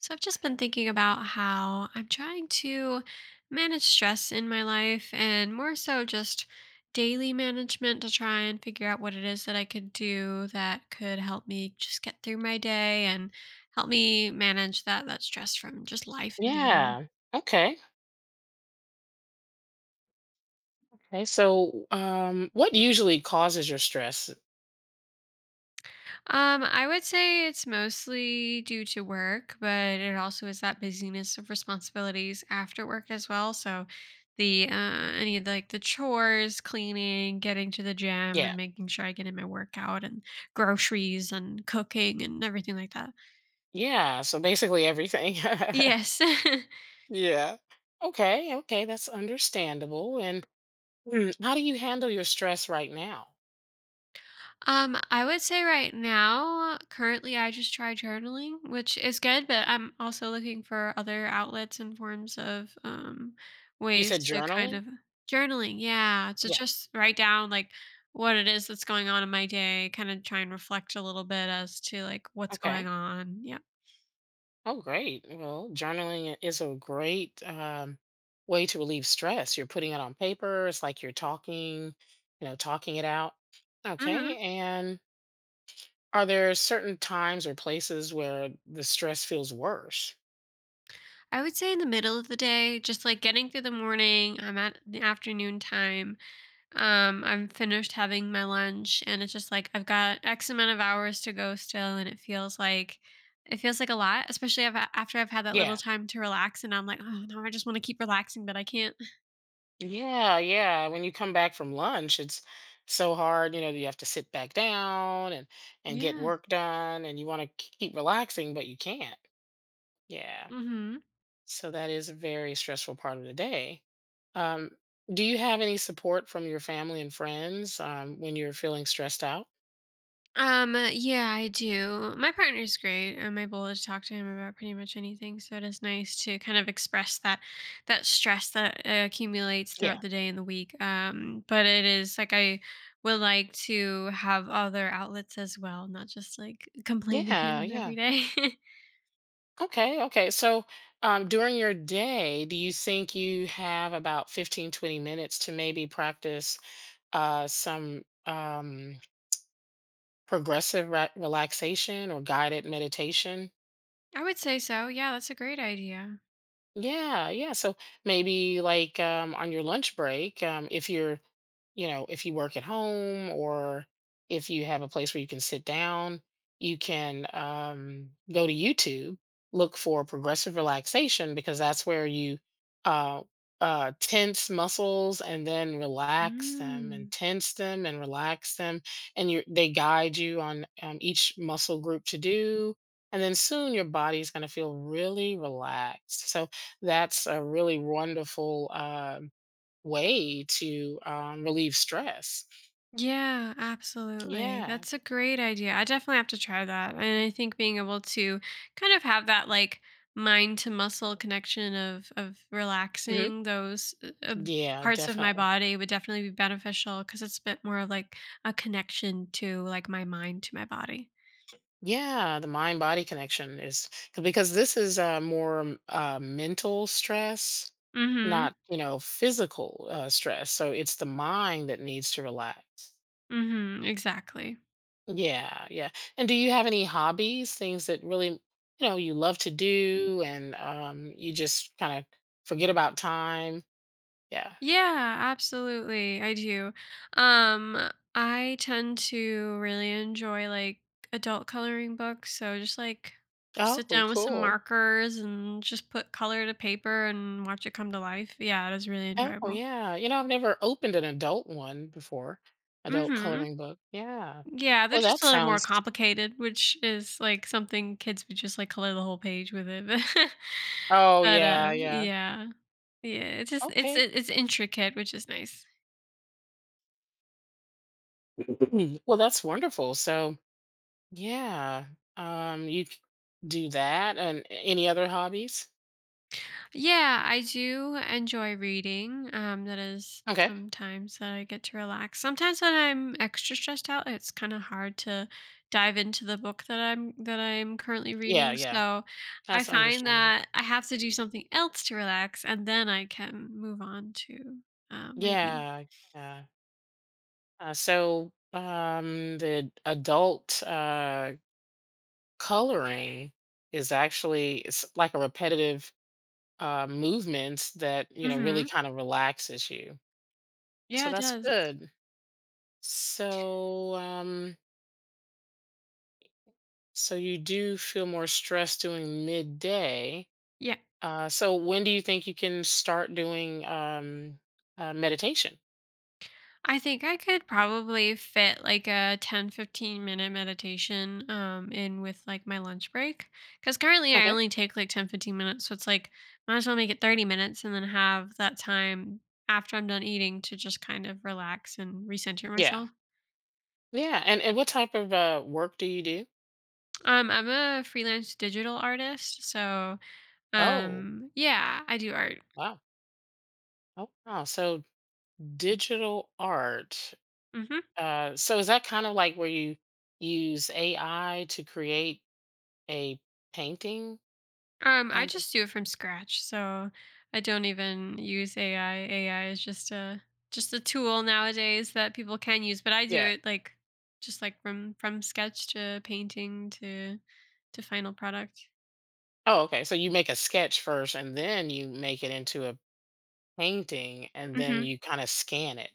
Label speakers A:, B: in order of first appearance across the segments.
A: So I've just been thinking about how I'm trying to manage stress in my life, and more so just daily management to try and figure out what it is that I could do that could help me just get through my day and help me manage that stress from just life in general.
B: Yeah. Okay. Okay. So, what usually causes your stress?
A: I would say it's mostly due to work, but it also is that busyness of responsibilities after work as well. So the any of the, like the chores, cleaning, getting to the gym
B: Yeah.
A: and making sure I get in my workout, and groceries and cooking and everything like that.
B: Yeah. So basically everything.
A: Yes.
B: Yeah. Okay. Okay. That's understandable. And how do you handle your stress right now?
A: I would say right now, currently, I just try journaling, which is good, but I'm also looking for other outlets and forms of
B: You
A: ways
B: said
A: to kind
B: journaling?
A: of journaling. Yeah, to
B: Yeah.
A: just write down like what it is that's going on in my day, kind of try and reflect a little bit as to like what's going
B: Okay.
A: on. Yeah.
B: Oh, great. Well, journaling is a great way to relieve stress. You're putting it on paper. It's like you're talking, talking it out. Okay.
A: Hmm.
B: Are there certain times or places where the stress feels worse?
A: I would say in the middle of the day, just like getting through the morning, I'm at the afternoon time. I'm finished having my lunch and it's just like I've got X amount of hours to go still, and it feels like a lot, especially if I, after I've had that little
B: Yeah.
A: time to relax, and I'm like, oh no, I just want to keep relaxing, but I can't.
B: Yeah, yeah. When you come back from lunch, it's so hard, you have to sit back down and get
A: Yeah.
B: work done and you want to keep relaxing but you can't. Yeah.
A: Mm-hmm.
B: So that is a very stressful part of the day. Um do you have any support from your family and friends when you're feeling stressed out?
A: Yeah, I do. My partner's great. I'm able to talk to him about pretty much anything, so it is nice to kind of express that that stress that accumulates
B: Yeah.
A: throughout the day and the week. But it is like I would like to have other outlets as well, not just like complain to
B: Yeah,
A: him
B: yeah.
A: every day.
B: Okay, okay. So, during your day, do you think you have about 15, 20 minutes to maybe practice some progressive re relaxation or guided meditation?
A: I would say so. Yeah, that's a great idea.
B: Yeah, yeah. So maybe like on your lunch break, if you're if you work at home or if you have a place where you can sit down, you can go to YouTube, look for progressive relaxation because that's where you uh, tense muscles and then relax them and
A: Mm.
B: tense them and relax them. And you they guide you on each muscle group to do. And then soon your body's going to feel really relaxed. So that's a really wonderful way to relieve stress.
A: Yeah, absolutely.
B: Yeah.
A: That's a great idea. I definitely have to try that. And I think being able to kind of have that like mind to muscle connection of
B: Hmm.
A: relaxing those
B: Yeah,
A: parts of my
B: definitely.
A: body would definitely be beneficial, cuz it's a bit more of like a connection to like my mind to my body.
B: Yeah, the mind body connection is because this is more mental stress,
A: Mhm.
B: not, physical stress. So it's the mind that needs to relax.
A: Mhm. Exactly.
B: Yeah, yeah. And do you have any hobbies, things that really, you love to do and you just kind of forget about time? Yeah.
A: Yeah, absolutely. I do. I tend to really enjoy like adult coloring books, so just like just sit
B: Oh,
A: down with some
B: cool.
A: markers and just put color to paper and watch it come to life. Yeah, it is really
B: Oh,
A: enjoyable.
B: yeah. I've never opened an adult one before, adult
A: Mhm.
B: coloring book. Yeah.
A: Yeah, they're
B: Well,
A: just
B: that
A: a little more
B: sounds.
A: complicated, which is like something kids would just like color the whole page with it.
B: Oh,
A: But, but
B: yeah,
A: uh
B: yeah.
A: yeah. Yeah, it's just
B: Okay.
A: it's intricate, which is nice.
B: Well, that's wonderful. So, yeah, you do that and any other hobbies?
A: Yeah, I do enjoy reading. That is
B: Okay.
A: sometimes that I get to relax. Sometimes when I'm extra stressed out, it's kind of hard to dive into the book that I'm currently
B: Yeah,
A: reading.
B: yeah.
A: So I
B: That's
A: find
B: understandable.
A: that I have to do something else to relax, and then I can move on to reading.
B: Yeah, yeah. So, the adult coloring is actually it's like a repetitive movements that really
A: Hmm.
B: kind of relaxes you. So
A: Yeah, it
B: that's
A: does.
B: good. So you do feel more stress doing midday.
A: Yeah.
B: So when do you think you can start doing meditation?
A: I think I could probably fit like a 10-15 minute meditation in with like my lunch break. Cause currently I
B: Okay.
A: only take like 10-15 minutes. So it's like might as well make it 30 minutes and then have that time after I'm done eating to just kind of relax and recenter
B: Yeah.
A: myself.
B: Yeah. And what type of work do you do?
A: I'm a freelance digital artist, so
B: Oh,
A: yeah, I do art.
B: wow. Oh, wow. So digital art.
A: Hmm.
B: So is that kind of like where you use AI to create a painting,
A: I
B: kind of?
A: just do it from scratch, so I don't even use AI. AI is just a tool nowadays that people can use, but I do
B: Yeah.
A: it like just like from sketch to painting to final product.
B: Oh, okay. So you make a sketch first and then you make it into a painting and then
A: Mhm.
B: you kind of scan it.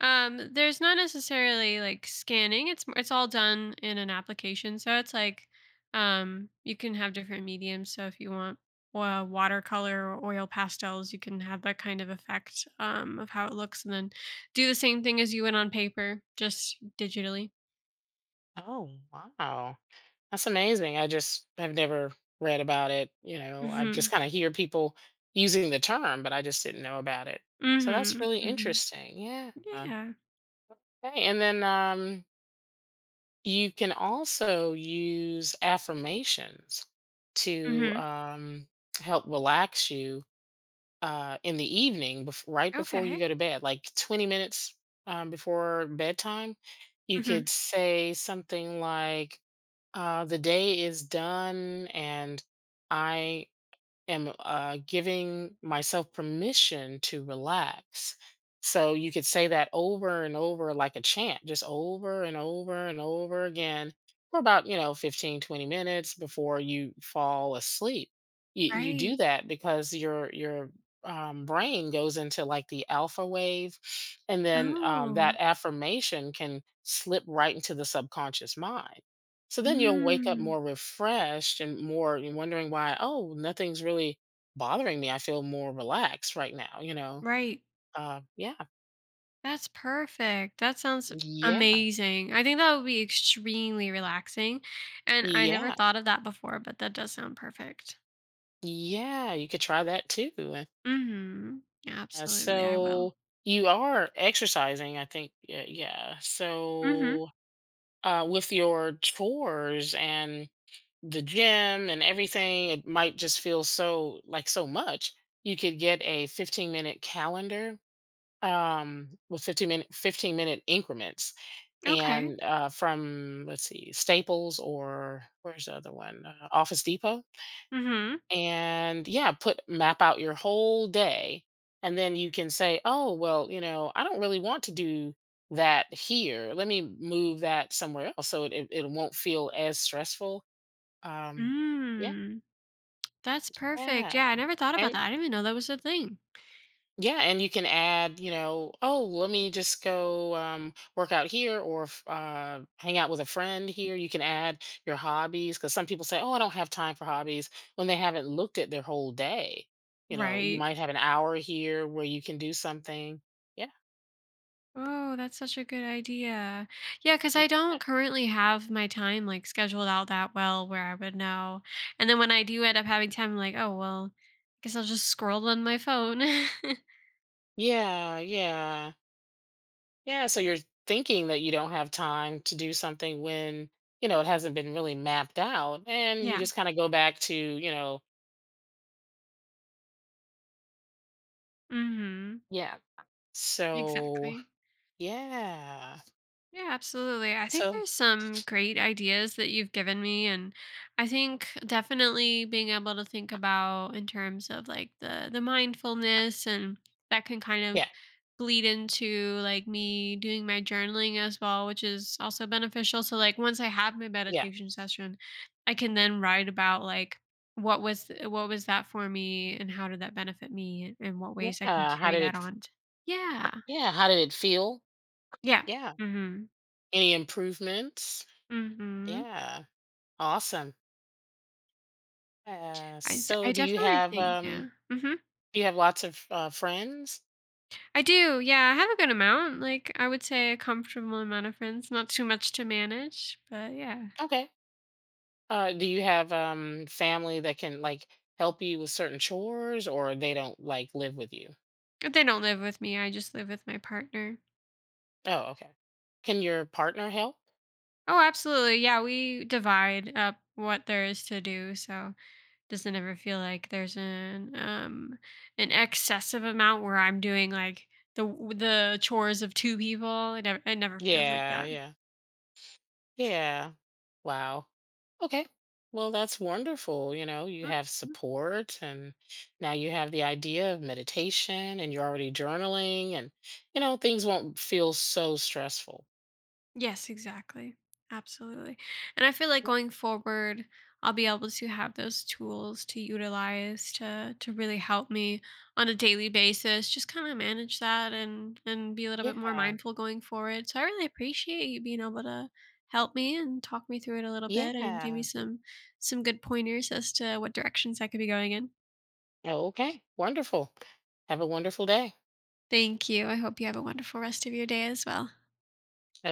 A: There's not necessarily like scanning. It's all done in an application, so it's like you can have different mediums. So if you want watercolor or oil pastels, you can have that kind of effect of how it looks, and then do the same thing as you would on paper, just digitally.
B: Oh, wow. That's amazing. I just have never read about it. I've just
A: Mhm.
B: kind of hear people using the term, but I just didn't know about it. So that's
A: Mhm.
B: really
A: Mhm.
B: interesting. Yeah.
A: Yeah.
B: Okay. And then you can also use affirmations to
A: Mhm.
B: help relax you in the evening, right before you
A: Okay.
B: go to bed, like 20 minutes before bedtime. You
A: Mhm.
B: could say something like, "The day is done and I am giving myself permission to relax." So you could say that over and over like a chant, just over and over and over again for about, 15, 20 minutes before you fall asleep. You do
A: Right.
B: that because your brain goes into like the alpha wave, and then that
A: Oh.
B: affirmation can slip right into the subconscious mind. So then you'll wake up
A: Mm.
B: more refreshed and more you're wondering why. Oh, nothing's really bothering me. I feel more relaxed right now, you know?
A: Right.
B: Yeah,
A: That's perfect. That sounds
B: yeah,
A: amazing. I think that would be extremely relaxing. And I never
B: yeah,
A: thought of that before, but that does sound perfect.
B: yeah. You could try that too.
A: Mm-hmm. Yeah,
B: Uh,
A: absolutely. I will.
B: so you are exercising, I think. Yeah. Yeah.
A: Mm-hmm.
B: So with your chores and the gym and everything, it might just feel so like so much. You could get a 15-minute calendar with 15 minute increments,
A: Okay.
B: and from, let's see, Staples, or where's the other one, Office Depot.
A: Mm-hmm.
B: And yeah, put map out your whole day, and then you can say, oh well, you know, I don't really want to do that here, let me move that somewhere else, so it won't feel as stressful. um yeah,
A: Mm. That's perfect. Yeah,
B: yeah.
A: I never thought about
B: And,
A: that. I didn't even know that was a thing.
B: yeah, and you can add, oh, let me just go work out here, or hang out with a friend here. You can add your hobbies because some people say, oh, I don't have time for hobbies, when they haven't looked at their whole day. You
A: Right.
B: might have an hour here where you can do something. Yeah,
A: Oh, that's such a good idea. Yeah, because
B: yeah,
A: I don't currently have my time like scheduled out that well where I would know. And then when I do end up having time, I'm like, oh, well, I guess I'll just scroll on my phone.
B: yeah, yeah, yeah. So you're thinking that you don't have time to do something when, it hasn't been really mapped out. And you
A: yeah.
B: just kind of go back to,
A: Mm-hmm.
B: yeah. So
A: Exactly.
B: yeah.
A: Yeah, absolutely. I think
B: So,
A: there's some great ideas that you've given me. And I think definitely being able to think about in terms of like the mindfulness, and that can kind of
B: yeah,
A: bleed into like me doing my journaling as well, which is also beneficial. So like once I have my
B: yeah,
A: meditation session, I can then write about like what was that for me and how did that benefit me and what
B: yeah.
A: ways I can
B: How
A: carry
B: did
A: that
B: it?
A: on. Yeah.
B: Yeah. How did it feel?
A: Yeah.
B: Yeah.
A: Mhm.
B: Any improvements?
A: Mhm.
B: Yeah. Awesome. Uh, so
A: I
B: do you
A: definitely
B: have
A: think,
B: um?
A: yeah. Mhm.
B: Do you have lots of friends?
A: I do. Yeah, I have a good amount. Like I would say a comfortable amount of friends, not too much to manage, but yeah.
B: Okay. Do you have family that can like help you with certain chores, or they don't like live with you?
A: But they don't live with me. I just live with my partner.
B: Oh, okay. Can your partner help?
A: Oh, absolutely. Yeah, we divide up what there is to do, so it doesn't ever feel like there's an excessive amount where I'm doing like the the chores of two people. It never feels like
B: Yeah.
A: that.
B: Yeah. Yeah. Wow. Okay. Well, that's wonderful. You know, you
A: Mhm.
B: have support, and now you have the idea of meditation, and you're already journaling, and, things won't feel so stressful.
A: Yes, exactly. Absolutely. And I feel like going forward, I'll be able to have those tools to utilize to really help me on a daily basis, just kind of manage that and be a little bit more
B: Yeah.
A: mindful going forward. So I really appreciate you being able to help me and talk me through it a little bit and give me
B: Yeah.
A: some good pointers as to what directions I could be going in.
B: Yeah. Okay. Wonderful. Have a wonderful day.
A: Thank you. I hope you have a wonderful rest of your day as well.